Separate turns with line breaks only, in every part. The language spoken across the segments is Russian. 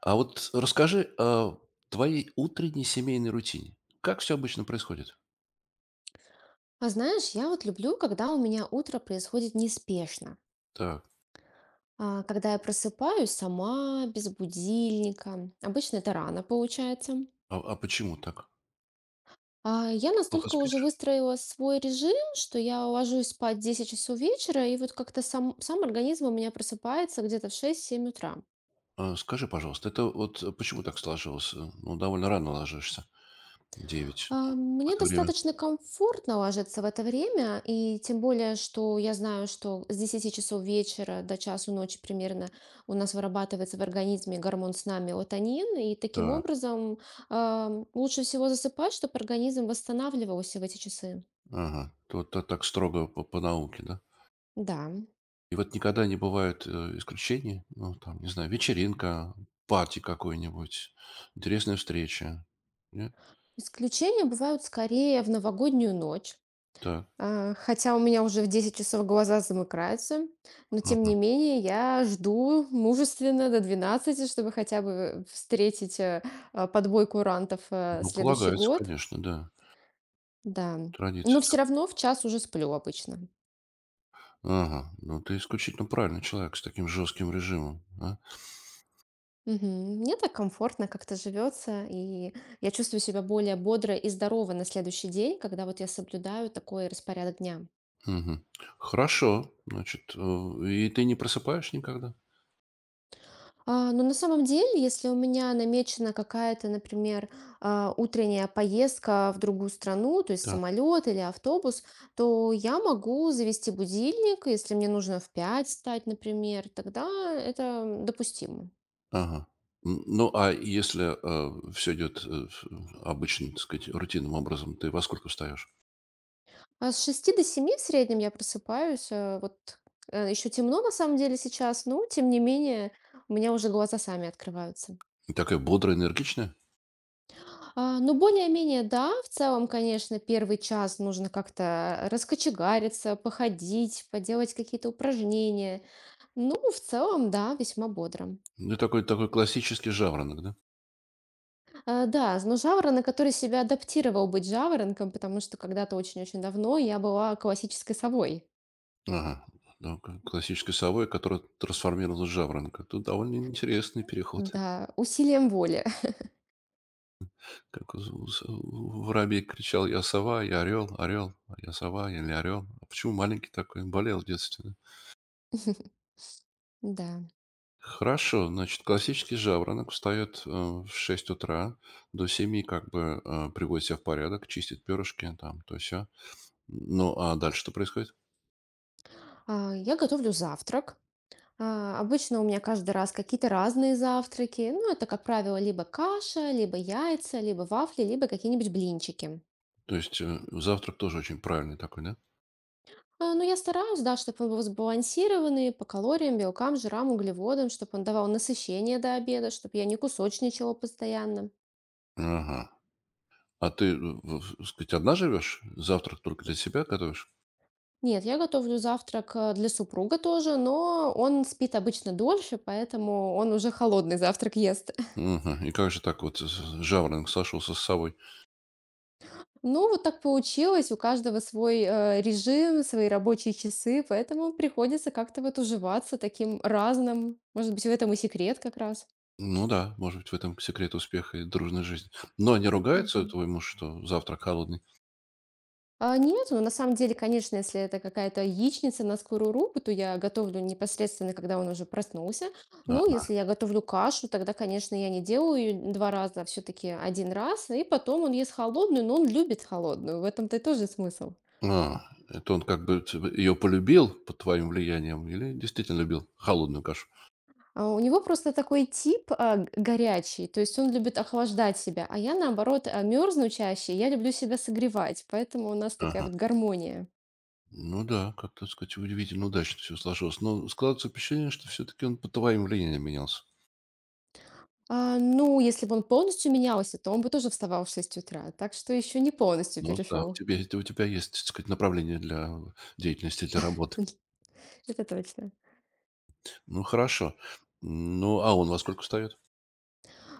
А вот расскажи о твоей утренней семейной рутине. Как все обычно происходит?
А знаешь, я вот люблю, когда у меня утро происходит неспешно.
Так,
А, когда я просыпаюсь сама, без будильника. Обычно это рано получается.
а почему так?
Я
Плохо
настолько
спишь?
уже выстроила свой режим, что я ложусь спать в 10 часов вечера, и вот как-то сам организм у меня просыпается где-то в шесть-семь утра.
Скажи, пожалуйста, это вот, почему так сложилось? Ну, довольно рано ложишься. Девять.
А,
Ну, в
Мне
это время.
достаточно комфортно ложиться в это время, и тем более, что я знаю, что с десяти часов вечера до часу ночи примерно у нас вырабатывается в организме гормон сна мелатонин, и таким
Так,
образом лучше всего засыпать, чтобы организм восстанавливался в эти часы.
ага. Вот та так строго по науке, да?
Да.
И вот никогда не бывает, исключений? Ну, там, не знаю, вечеринка, парти какой нибудь интересная встреча? Нет?
Исключения бывают скорее в новогоднюю ночь.
Так,
Э, хотя у меня уже в 10 часов глаза замыкаются, но тем не
мгм.
менее я жду мужественно до двенадцати, чтобы хотя бы встретить, подбой курантов,
Ну,
следующий
полагается,
год.
конечно, да.
Да. Но
Традиция
все
такая.
равно в час уже сплю обычно.
Ага, ну ты исключительно правильный человек с таким жестким режимом. А.
Мгм. Мне так комфортно как-то живется, и я чувствую себя более бодро и здорово на следующий день, когда вот я соблюдаю такой распорядок дня.
Мгм. Хорошо, значит, и ты не просыпаешь никогда?
А, ну, на самом деле, если у меня намечена какая-то, например, утренняя поездка в другую страну, то есть
Так.
самолет или автобус, то я могу завести будильник, если мне нужно в 5 встать, например, тогда это допустимо.
Ага. Ну, а если все идет обычным, так сказать, рутинным образом, ты во сколько встаешь?
А с шести до семи в среднем я просыпаюсь, вот еще темно на самом деле сейчас, но тем не менее у меня уже глаза сами открываются.
И такая бодрая, энергичная?
А, ну, более-менее, да. В целом, конечно, первый час нужно как-то раскочегариться, походить, поделать какие-то упражнения. Ну, в целом, да, весьма бодро.
Ну, такой классический жаворонок, да?
А, да, но жаворонок, который себя адаптировал быть жаворонком, потому что когда-то очень-очень давно я была классической совой.
Ага. Ну, классической совой, которая трансформировалась в жаворонка. Тут довольно интересный переход.
Да, усилием воли.
Как у с у воробей кричал: "Я сова, я орел, орел, я сова или орел". А почему маленький такой? Болел в детстве, да.
Да.
Хорошо, значит, классический жаворонок встаёт, в 6 утра, до семи, как бы, приводит себя в порядок, чистит перышки, там то сё. Ну, а дальше что происходит?
Я готовлю завтрак. А, обычно у меня каждый раз какие-то разные завтраки. Ну, это, как правило, либо каша, либо яйца, либо вафли, либо какие-нибудь блинчики.
То есть, завтрак тоже очень правильный такой, да?
А, но я стараюсь, да, чтобы он был сбалансированный по калориям, белкам, жирам, углеводам, чтобы он давал насыщение до обеда, чтобы я не кусочничала постоянно.
Ага. А ты, в так сказать, одна живёшь? Завтрак только для себя готовишь?
Нет, я готовлю завтрак для супруга тоже, но он спит обычно дольше, поэтому он уже холодный завтрак ест.
Мгм. И как же так вот з жаворонок сошёлся с совой?
Ну, вот так получилось, у каждого свой, режим, свои рабочие часы, поэтому приходится как-то вот уживаться таким разным. Может быть, в этом и секрет как раз.
Ну да, может быть, в этом секрет успеха и дружной жизни. Но они ругаются,
Мгм.
твой муж, что завтрак холодный?
А, нет, ну, на самом деле, конечно, если это какая-то яичница на скорую руку, то я готовлю непосредственно, когда он уже проснулся. Но
А,
если я готовлю кашу, тогда, конечно, я не делаю её 2 раза, а все-таки один раз. И потом он ест холодную, но он любит холодную. В этом-то и тоже смысл.
а, это он как бы ее полюбил под твоим влиянием или действительно любил холодную кашу?
А у него просто такой тип, горячий, то есть он любит охлаждать себя, а я наоборот, мерзну чаще, я люблю себя согревать, поэтому у нас такая
Ага.
вот гармония.
Ну да, как, так сказать, удивительно удачно все сложилось. Но складывается впечатление, что все-таки он под твоим влиянием менялся.
А, ну, если бы он полностью менялся, то он бы тоже вставал в 6 утра, так что еще не полностью
Ну да, у
перешел.
тебя, у тебя есть, так сказать, направление для деятельности, для работы.
Это точно.
Ну хорошо. Ну, а он во сколько встает?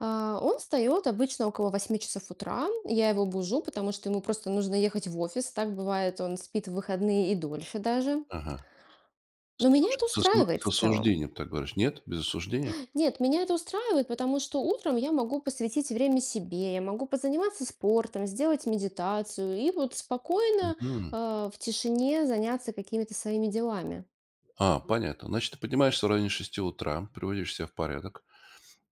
А, Он встает обычно около восьми часов утра. Я его бужу, потому что ему просто нужно ехать в офис. Так бывает, он спит в выходные и дольше даже.
Ага.
Но меня это устраивает
С
в целом.
осуждением, так говоришь. Нет, без осуждения?
Нет, меня это устраивает, потому что утром я могу посвятить время себе, я могу позаниматься спортом, сделать медитацию и вот спокойно,
Мгм.
в тишине заняться какими-то своими делами.
А, понятно. Значит, ты поднимаешься в районе шести утра, приводишь себя в порядок,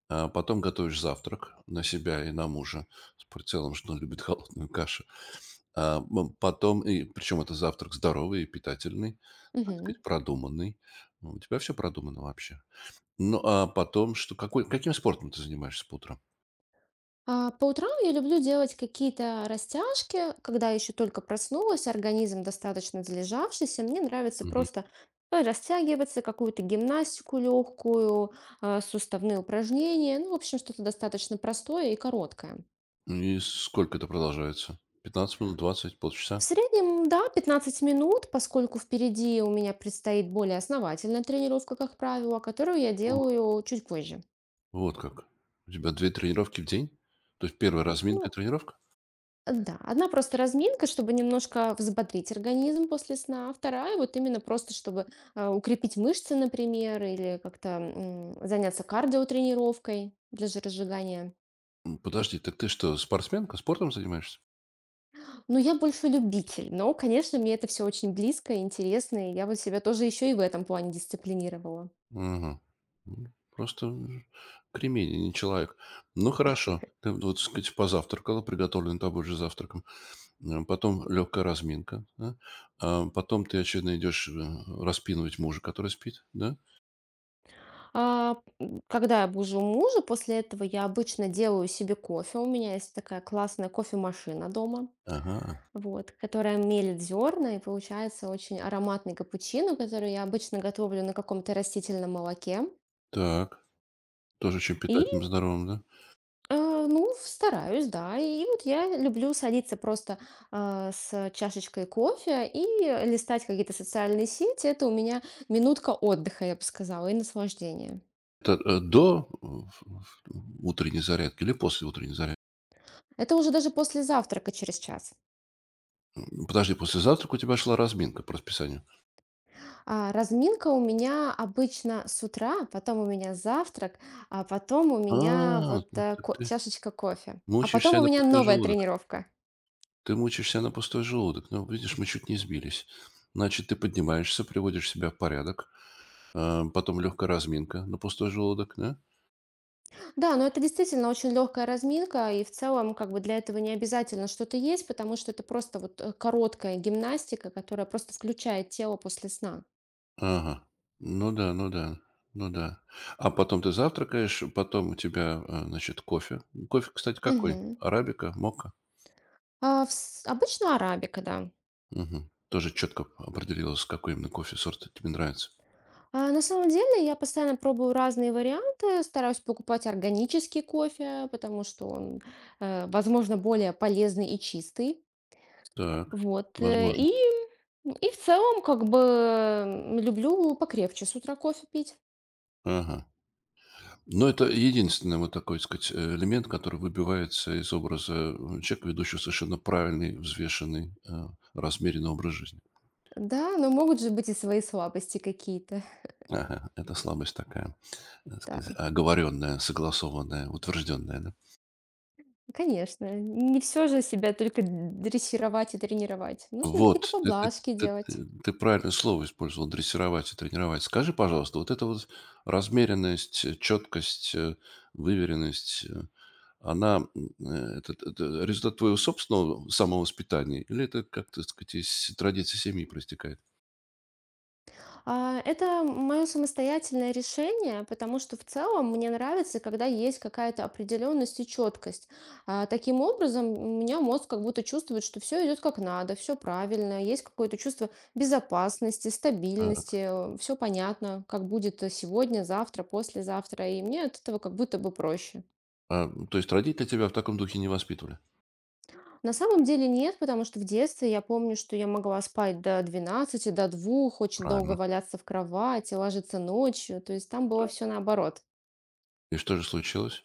а потом готовишь завтрак на себя и на мужа с прицелом, что он любит холодную кашу. Потом, и причем это завтрак здоровый и питательный, так
Мгм.
сказать, продуманный. Ну, у тебя все продумано вообще. Ну, а потом, что, какой, каким спортом ты занимаешься по утрам?
А по утрам я люблю делать какие-то растяжки, когда еще только проснулась, организм достаточно залежавшийся, мне нравится
Мгм.
просто растягиваться, какую-то гимнастику легкую, суставные упражнения, ну, в общем, что-то достаточно простое и короткое.
И сколько это продолжается? 15 минут, 20,
В
полчаса?
среднем, да, 15 минут, поскольку впереди у меня предстоит более основательная тренировка, как правило, которую я
М.
делаю чуть позже.
Вот как. У тебя две тренировки в день? То есть первая разминка и
Ну,
тренировка?
да, одна просто разминка, чтобы немножко взбодрить организм после сна, а вторая вот именно просто, чтобы укрепить мышцы, например, или как-то заняться кардиотренировкой для жиросжигания.
Подожди, так ты что, спортсменка, спортом занимаешься?
Но я больше любитель, но, конечно, мне это все очень близко и интересно, и я вот себя тоже еще и в этом плане дисциплинировала.
Мгм. Просто кремень, а не человек. Ну, хорошо. Ты вот, так сказать, позавтракала, приготовленным тобой же завтраком. Потом легкая разминка. Да? А потом ты, очевидно, идешь распинывать мужа, который спит, да?
А, м, когда я бужу мужа, после этого я обычно делаю себе кофе. У меня есть такая классная кофемашина дома,
Ага.
вот, которая мелит зерна, и получается очень ароматный капучино, который я обычно готовлю на каком-то растительном молоке.
Так. Тоже очень
И,
питательным, здоровым, да?
ну, стараюсь, да. И вот я люблю садиться просто с чашечкой кофе и листать какие-то социальные сети. Это у меня минутка отдыха, я бы сказала, и наслаждения.
Это до утренней зарядки или после утренней зарядки?
Это уже даже после завтрака через час.
Подожди, после завтрака у тебя шла разминка по расписанию.
А, разминка у меня обычно с утра, потом у меня завтрак, а потом у
А,
меня вот
ну так ты
чашечка кофе. А потом
мучаешься
у
на
меня
пустой
новая
желудок.
тренировка.
Ты мучаешься на пустой желудок. Ну, видишь, мы чуть не сбились. Значит, ты поднимаешься, приводишь себя в порядок, а, потом легкая разминка на пустой желудок, да?
Да, но это действительно очень легкая разминка, и в целом как бы для этого не обязательно что-то есть, потому что это просто вот короткая гимнастика, которая просто включает тело после сна.
Ага. Ну да, ну да, ну да. А потом ты завтракаешь, потом у тебя, а, значит, кофе. Кофе, кстати, какой?
Мгм.
Арабика, мока?
Обычно арабика, да.
Мгм. Тоже четко определилось, какой именно кофе сорт тебе нравится.
А, на самом деле я постоянно пробую разные варианты, стараюсь покупать органический кофе, потому что он, возможно, более полезный и чистый.
Так,
Вот.
возможно.
И в целом, как бы, люблю покрепче с утра кофе пить.
Ага. Но это единственный вот такой, так сказать, элемент, который выбивается из образа человека, ведущего совершенно правильный, взвешенный, размеренный образ жизни.
Да, но могут же быть и свои слабости какие-то.
Ага, это слабость такая, так
Да,
сказать, оговоренная, согласованная, утвержденная, да?
конечно. Не все же себя только дрессировать и тренировать. Нужно какие-то
Вот, ты, ты-
поблажки
ты-
делать.
ты- ты правильное слово использовал, дрессировать и тренировать. Скажи, пожалуйста, вот эта вот размеренность, четкость, выверенность, она, это результат твоего собственного самовоспитания или это как-то, так сказать, из традиции семьи проистекает?
А, это мое самостоятельное решение, потому что в целом мне нравится, когда есть какая-то определенность и четкость. Таким образом, у меня мозг как будто чувствует, что все идет как надо, все правильно, есть какое-то чувство безопасности,
Так,
стабильности, все понятно, как будет сегодня, завтра, послезавтра, и мне от этого как будто бы проще.
а, то есть родители тебя в таком духе не воспитывали?
На самом деле нет, потому что в детстве я помню, что я могла спать до двенадцати, до двух очень долго
Правильно.
валяться в кровати, ложиться ночью. То есть там было все наоборот.
И что же случилось?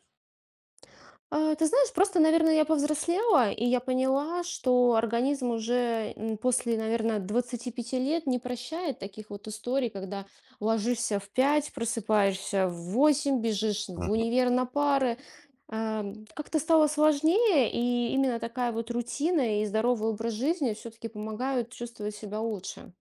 А, ты знаешь, просто, наверное, я повзрослела, и я поняла, что организм уже после, наверное, двадцати пяти лет не прощает таких вот историй, когда ложишься в 5, просыпаешься в 8, бежишь в
Ага.
универ на пары. Ам, как-то стало сложнее, и именно такая вот рутина и здоровый образ жизни все-таки помогают чувствовать себя лучше.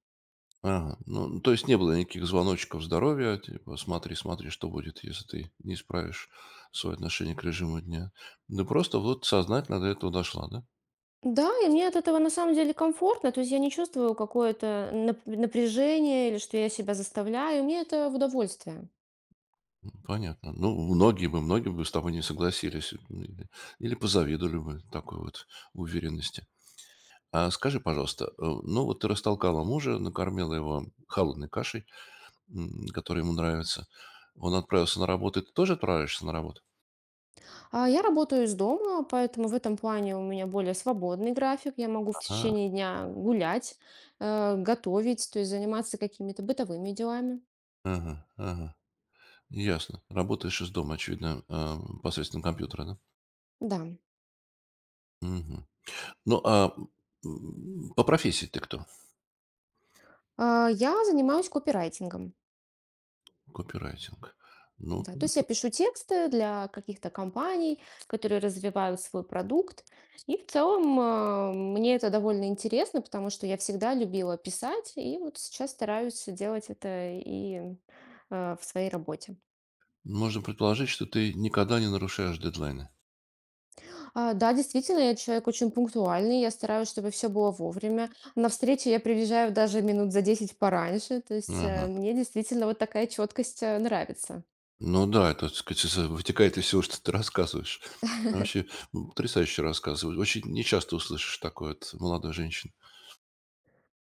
Ага. Ну, то есть не было никаких звоночков здоровья, типа смотри, смотри, что будет, если ты не исправишь свое отношение к режиму дня. Ну просто вот сознательно до этого дошла, да?
Да, и мне от этого на самом деле комфортно, то есть я не чувствую какое-то напряжение или что я себя заставляю, мне это в удовольствие.
Понятно. Ну, многие бы с тобой не согласились или, или позавидовали бы такой вот уверенности. А скажи, пожалуйста, ну вот ты растолкала мужа, накормила его холодной кашей, которая ему нравится. Он отправился на работу. Ты тоже отправишься на работу?
А, я работаю из дома, поэтому в этом плане у меня более свободный график. Я могу в
Ага,
течение дня гулять, готовить, то есть заниматься какими-то бытовыми делами.
ага, ага. Ясно. Работаешь из дома, очевидно, посредством компьютера, да?
Да.
Мгм. Ну, а по профессии ты кто?
А, я занимаюсь копирайтингом.
Копирайтинг. Ну,
Да, то есть я пишу тексты для каких-то компаний, которые развивают свой продукт. И в целом мне это довольно интересно, потому что я всегда любила писать, и вот сейчас стараюсь делать это и в своей работе.
можно предположить, что ты никогда не нарушаешь дедлайны.
А, да, действительно, я человек очень пунктуальный, я стараюсь, чтобы все было вовремя. На встречу я приезжаю даже минут за 10 пораньше, то есть,
Ага.
мне действительно вот такая четкость нравится.
Ну да, это, так сказать, из, вытекает из всего, что ты рассказываешь. Ну, вообще, потрясающе рассказываешь. Очень нечасто услышишь такое от молодой женщины.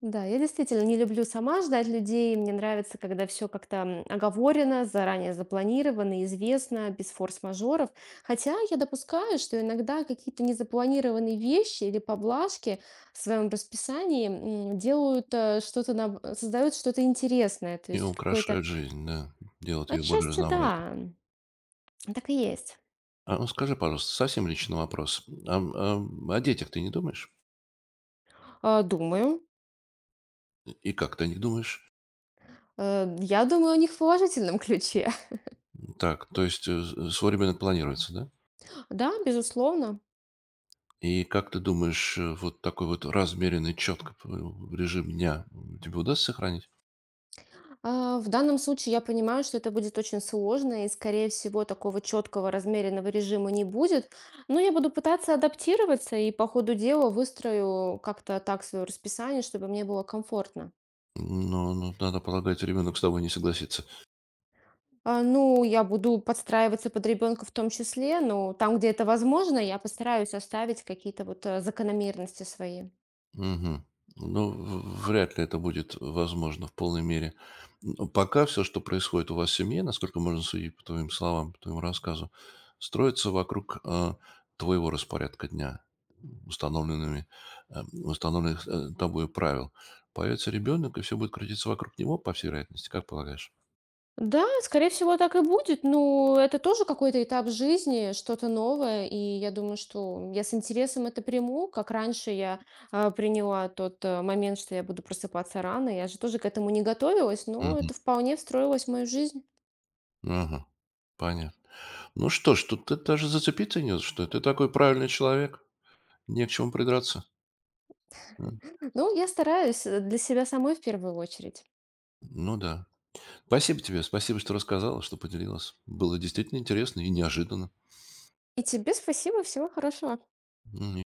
Да, я действительно не люблю сама ждать людей, мне нравится, когда все как-то, оговорено, заранее запланировано, известно, без форс-мажоров. Хотя я допускаю, что иногда какие-то незапланированные вещи или поблажки в своём расписании, делают, что-то наб создают что-то интересное, то
И
есть какое-то…
украшают жизнь, да, делают ее более
Отчасти да,
разнообразной.
так и есть.
А ну скажи, пожалуйста, совсем личный вопрос. О детях ты не думаешь?
А, думаю.
И как ты не думаешь?
Я думаю о них в положительном ключе.
Так, то есть свой ребенок планируется, да?
Да, безусловно.
И как ты думаешь, вот такой вот размеренный, четко режим дня тебе удастся сохранить?
А, в данном случае я понимаю, что это будет очень сложно, и, скорее всего, такого четкого размеренного режима не будет. Но я буду пытаться адаптироваться и по ходу дела выстрою как-то так свое расписание, чтобы мне было комфортно.
Ну, ну, надо полагать, ребенок с тобой не согласится.
А, ну, я буду подстраиваться под ребенка в том числе, но там, где это возможно, я постараюсь оставить какие-то вот закономерности свои.
Мгм. Ну, в вряд ли это будет возможно в полной мере. Пока все, что происходит у вас в семье, насколько можно судить по твоим словам, по твоему рассказу, строится вокруг твоего распорядка дня, установленными, установленных тобой правил. Появится ребенок, и все будет крутиться вокруг него, по всей вероятности, как полагаешь?
Да, скорее всего, так и будет. Ну, это тоже какой-то этап жизни, что-то новое. И я думаю, что я с интересом это приму, как раньше я приняла тот момент, что я буду просыпаться рано. Я же тоже к этому не готовилась, но
Мгм.
это вполне встроилось в мою жизнь.
Ага. Понятно. Ну что ж, тут ты даже зацепиться не за что. Ты такой правильный человек. Не к чему придраться. М.
Ну, я стараюсь для себя самой в первую очередь.
Ну да. Спасибо тебе, спасибо, что рассказала, что поделилась. Было действительно интересно и неожиданно.
И тебе спасибо, всего хорошего.
Мгм.